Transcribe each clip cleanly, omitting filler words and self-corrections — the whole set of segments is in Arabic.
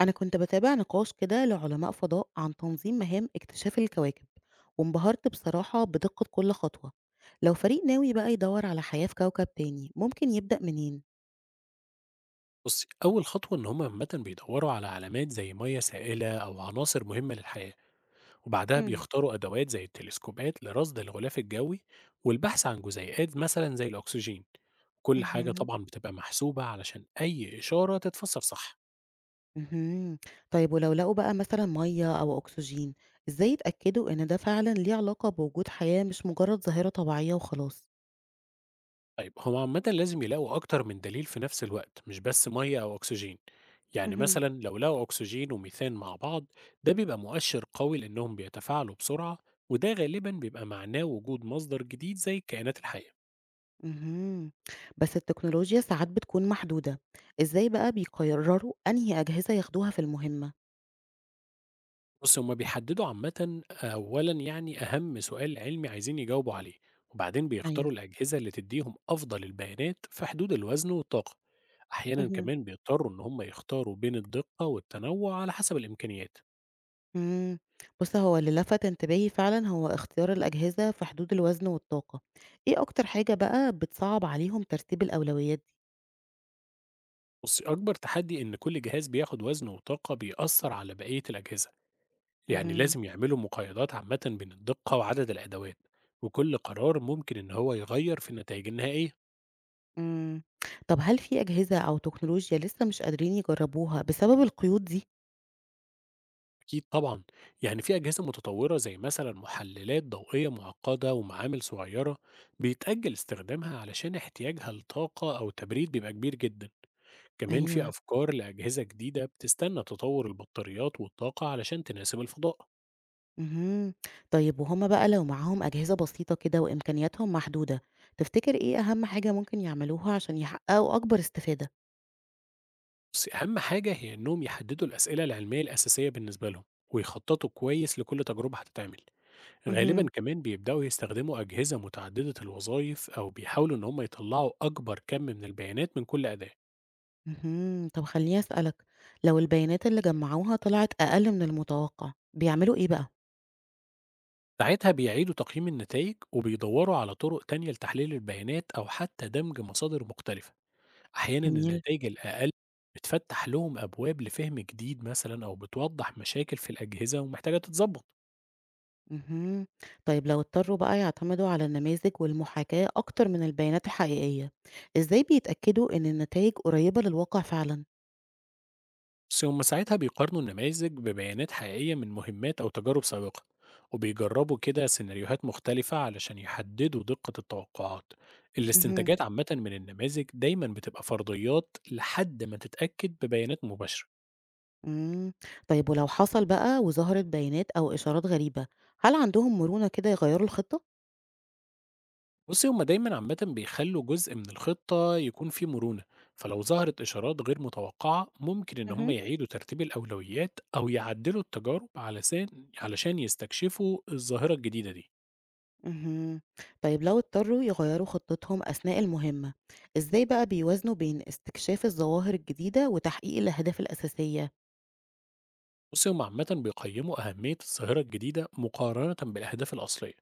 أنا كنت بتابع نقاش كده لعلماء فضاء عن تنظيم مهام اكتشاف الكواكب وانبهرت بصراحة بدقة كل خطوة. لو فريق ناوي بقى يدور على حياة في كوكب تاني ممكن يبدأ منين؟ بصي، أول خطوة إن هما عامة بيدوروا على علامات زي مية سائلة أو عناصر مهمة للحياة. وبعدها مم. بيختاروا أدوات زي التلسكوبات لرصد الغلاف الجوي والبحث عن جزيئات مثلا زي الأكسجين. كل حاجة مهم. طبعا بتبقى محسوبة علشان أي إشارة تتفسر صح. مهم. طيب ولو لقوا بقى مثلا مية أو أكسجين إزاي يتأكدوا إن ده فعلا ليه علاقة بوجود حياة مش مجرد ظاهرة طبيعية وخلاص؟ طيب، هما عامة لازم يلاقوا أكتر من دليل في نفس الوقت، مش بس مية أو أكسجين. يعني مهم. مثلا لو لقوا أكسجين وميثان مع بعض، ده بيبقى مؤشر قوي لأنهم بيتفاعلوا بسرعة، وده غالبا بيبقى معناه وجود مصدر جديد زي الكائنات الحية. مهم. بس التكنولوجيا ساعات بتكون محدودة إزاي بقى بيقرروا أنهي أجهزة ياخدوها في المهمة؟ بُص، هُم بيحدّدوا عامةً أولًا يعني أهم سؤال علمي عايزين يجاوبوا عليه، وبعدين ايوه. بيختاروا الأجهزة اللي تدّيهم أفضل البيانات في حدود الوزن والطاقة، أحيانًا مهم. كمان بيضطروا إن هُم يختاروا بين الدقة والتنوع على حسب الإمكانيات. إمم. بُص، هو اللي لفت انتباهي فعلًا هو اختيار الأجهزة في حدود الوزن والطاقة. إيه أكتر حاجة بقى بتصعّب عليهم ترتيب الأولويات دي؟ بُص، أكبر تحدي إن كل جهاز بياخد وزن وطاقة بيأثّر على بقية الأجهزة، يعني اهم. لازم يعملوا مقايضات عامةً بين الدقة وعدد الأدوات، وكل قرار ممكن إن هو يغيّر في النتايج النهائية. إمم. طب هل في أجهزة أو تكنولوجيا لسه مش قادرين يجرّبوها بسبب القيود دي؟ أكيد طبعًا، يعني في أجهزة متطورة زي مثلًا محللات ضوئية معقدة ومعامل صغيرة بيتأجل استخدامها علشان احتياجها لطاقة أو تبريد بيبقى كبير جدًا، كمان في أيوه. أفكار لأجهزة جديدة بتستنى تطور البطاريات والطاقة علشان تناسب الفضاء. اهم. طيب وهُم بقى لو معاهم أجهزة بسيطة كده وإمكانياتهم محدودة، تفتكر إيه أهم حاجة ممكن يعملوها عشان يحققوا أكبر استفادة؟ بس أهم حاجة هي إنهم يحددوا الأسئلة العلمية الأساسية بالنسبة لهم، ويخططوا كويس لكل تجربة هتتعمل، غالبًا اهم. كمان بيبدأوا يستخدموا أجهزة متعددة الوظائف أو بيحاولوا إن هم يطلعوا أكبر كم من البيانات من كل أداة. اهم. طب خلّيني أسألك، لو البيانات اللي جمّعوها طلعت أقل من المتوقع، بيعملوا إيه بقى؟ ساعتها بيعيدوا تقييم النتائج وبيدوروا على طرق تانية لتحليل البيانات أو حتى دمج مصادر مختلفة. أحيانا جميل. النتائج الأقل بتفتح لهم أبواب لفهم جديد مثلا، أو بتوضح مشاكل في الأجهزة ومحتاجة تتظبط. اهم. طيب لو اضطروا بقى يعتمدوا على النماذج والمحاكاة أكتر من البيانات الحقيقية، إزاي بيتأكدوا إن النتايج قريبة للواقع فعلًا؟ بس هم ساعتها بيقارنوا النماذج ببيانات حقيقية من مهمات أو تجارب سابقة، وبيجربوا كده سيناريوهات مختلفة علشان يحددوا دقة التوقعات. اهم. الاستنتاجات عامة من النماذج دايما بتبقى فرضيات لحد ما تتأكد ببيانات مباشرة. إمم. طيب ولو حصل بقى وظهرت بيانات أو إشارات غريبة، هل عندهم مرونة كده يغيّروا الخطة؟ بصي، هما دايما عامة بيخلوا جزء من الخطة يكون فيه مرونة، فلو ظهرت إشارات غير متوقعة ممكن إن هما اهم. يعيدوا ترتيب الأولويات أو يعدلوا التجارب علشان يستكشفوا الظاهرة الجديدة دي. اهم. طيب لو اضطروا يغيّروا خطتهم أثناء المهمة، إزاي بقى بيوازنوا بين استكشاف الظواهر الجديدة وتحقيق الأهداف الأساسية؟ بصي، هما عامة بيقيموا أهمية الظاهرة الجديدة مقارنة بالأهداف الأصلية،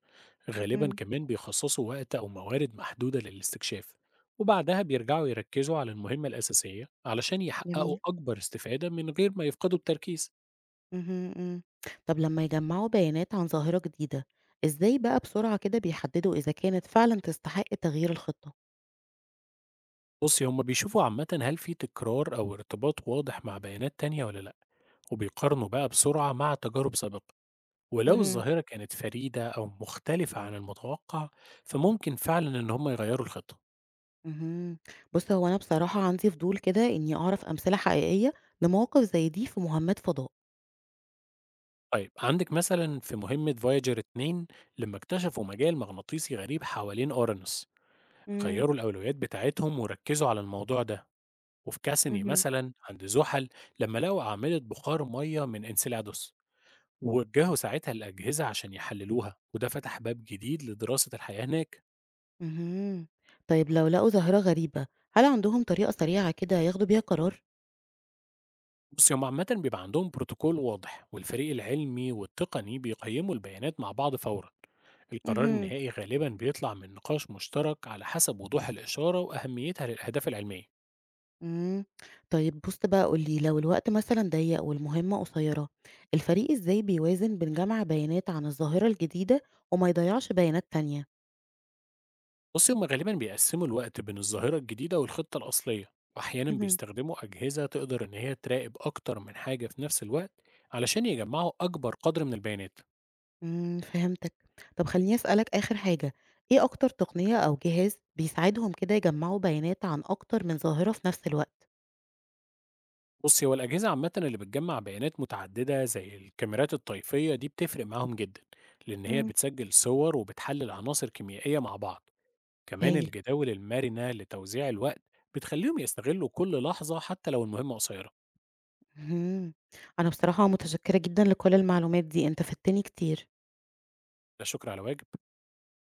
غالبا امم. كمان بيخصصوا وقت أو موارد محدودة للاستكشاف، وبعدها بيرجعوا يركزوا على المهمة الأساسية علشان يحققوا جميل. أكبر استفادة من غير ما يفقدوا التركيز. اهم. إمم. طب لمّا يجمّعوا بيانات عن ظاهرة جديدة، إزاي بقى بسرعة كده بيحددوا إذا كانت فعلًا تستحق تغيير الخطة؟ بصي، هما بيشوفوا عامة هل في تكرار أو ارتباط واضح مع بيانات تانية ولا لأ، وبيقارنوا بقى بسرعة مع تجارب سابقة. ولو اهم. الظاهرة كانت فريدة أو مختلفة عن المتوقع، فممكن فعلا إن هما يغيروا الخطة. اهم. بُص، هو أنا بصراحة عندي فضول كده إني أعرف أمثلة حقيقية لمواقف زي دي في مهمات فضاء. طيب، عندك مثلا في مهمة فايجر 2 لما اكتشفوا مجال مغناطيسي غريب حوالين أورانوس، امم. غيروا الأولويات بتاعتهم وركزوا على الموضوع ده. وفي كاسني اهم. مثلا عند زحل لما لقوا أعمدة بخار مية من انسيلادوس، ووجّهوا ساعتها الأجهزة عشان يحلّلوها، وده فتح باب جديد لدراسة الحياة هناك. اهم. طيب لو لقوا ظاهرة غريبة، هل عندهم طريقة سريعة كده ياخدوا بيها قرار؟ بُصّي، هم عامةً بيبقى عندهم بروتوكول واضح، والفريق العلمي والتقني بيقيّموا البيانات مع بعض فورًا. القرار مهم. النهائي غالبًا بيطلع من نقاش مشترك على حسب وضوح الإشارة وأهميتها للأهداف العلمية. إمم. طيب بُص بقى قُل لي لو الوقت مثلًا ضيّق والمهمة قصيرة، الفريق إزاي بيوازن بين جمع بيانات عن الظاهرة الجديدة وما يضيّعش بيانات تانية؟ بُصّي، هم غالبًا بيقسّموا الوقت بين الظاهرة الجديدة والخطة الأصلية، وأحيانًا مهم. بيستخدموا أجهزة تقدر إن هي تراقب أكتر من حاجة في نفس الوقت علشان يجمّعوا أكبر قدر من البيانات. إمم، فهمتك. طب خلّيني أسألك آخر حاجة، إيه أكتر تقنية أو جهاز بيساعدهم كده يجمّعوا بيانات عن أكتر من ظاهرة في نفس الوقت؟ بُصّي، هو الأجهزة عامةً اللي بتجمّع بيانات متعددة زي الكاميرات الطيفية دي بتفرق معاهم جدًا، لإن هي إمم. بتسجل صور وبتحلل عناصر كيميائية مع بعض، كمان هايل. الجداول المرنة لتوزيع الوقت بتخليهم يستغلوا كل لحظة حتى لو المهمة قصيرة. اهم. أنا بصراحة متشكرة جدًا لكل المعلومات دي، أنت فدتني كتير. لا شكر على واجب.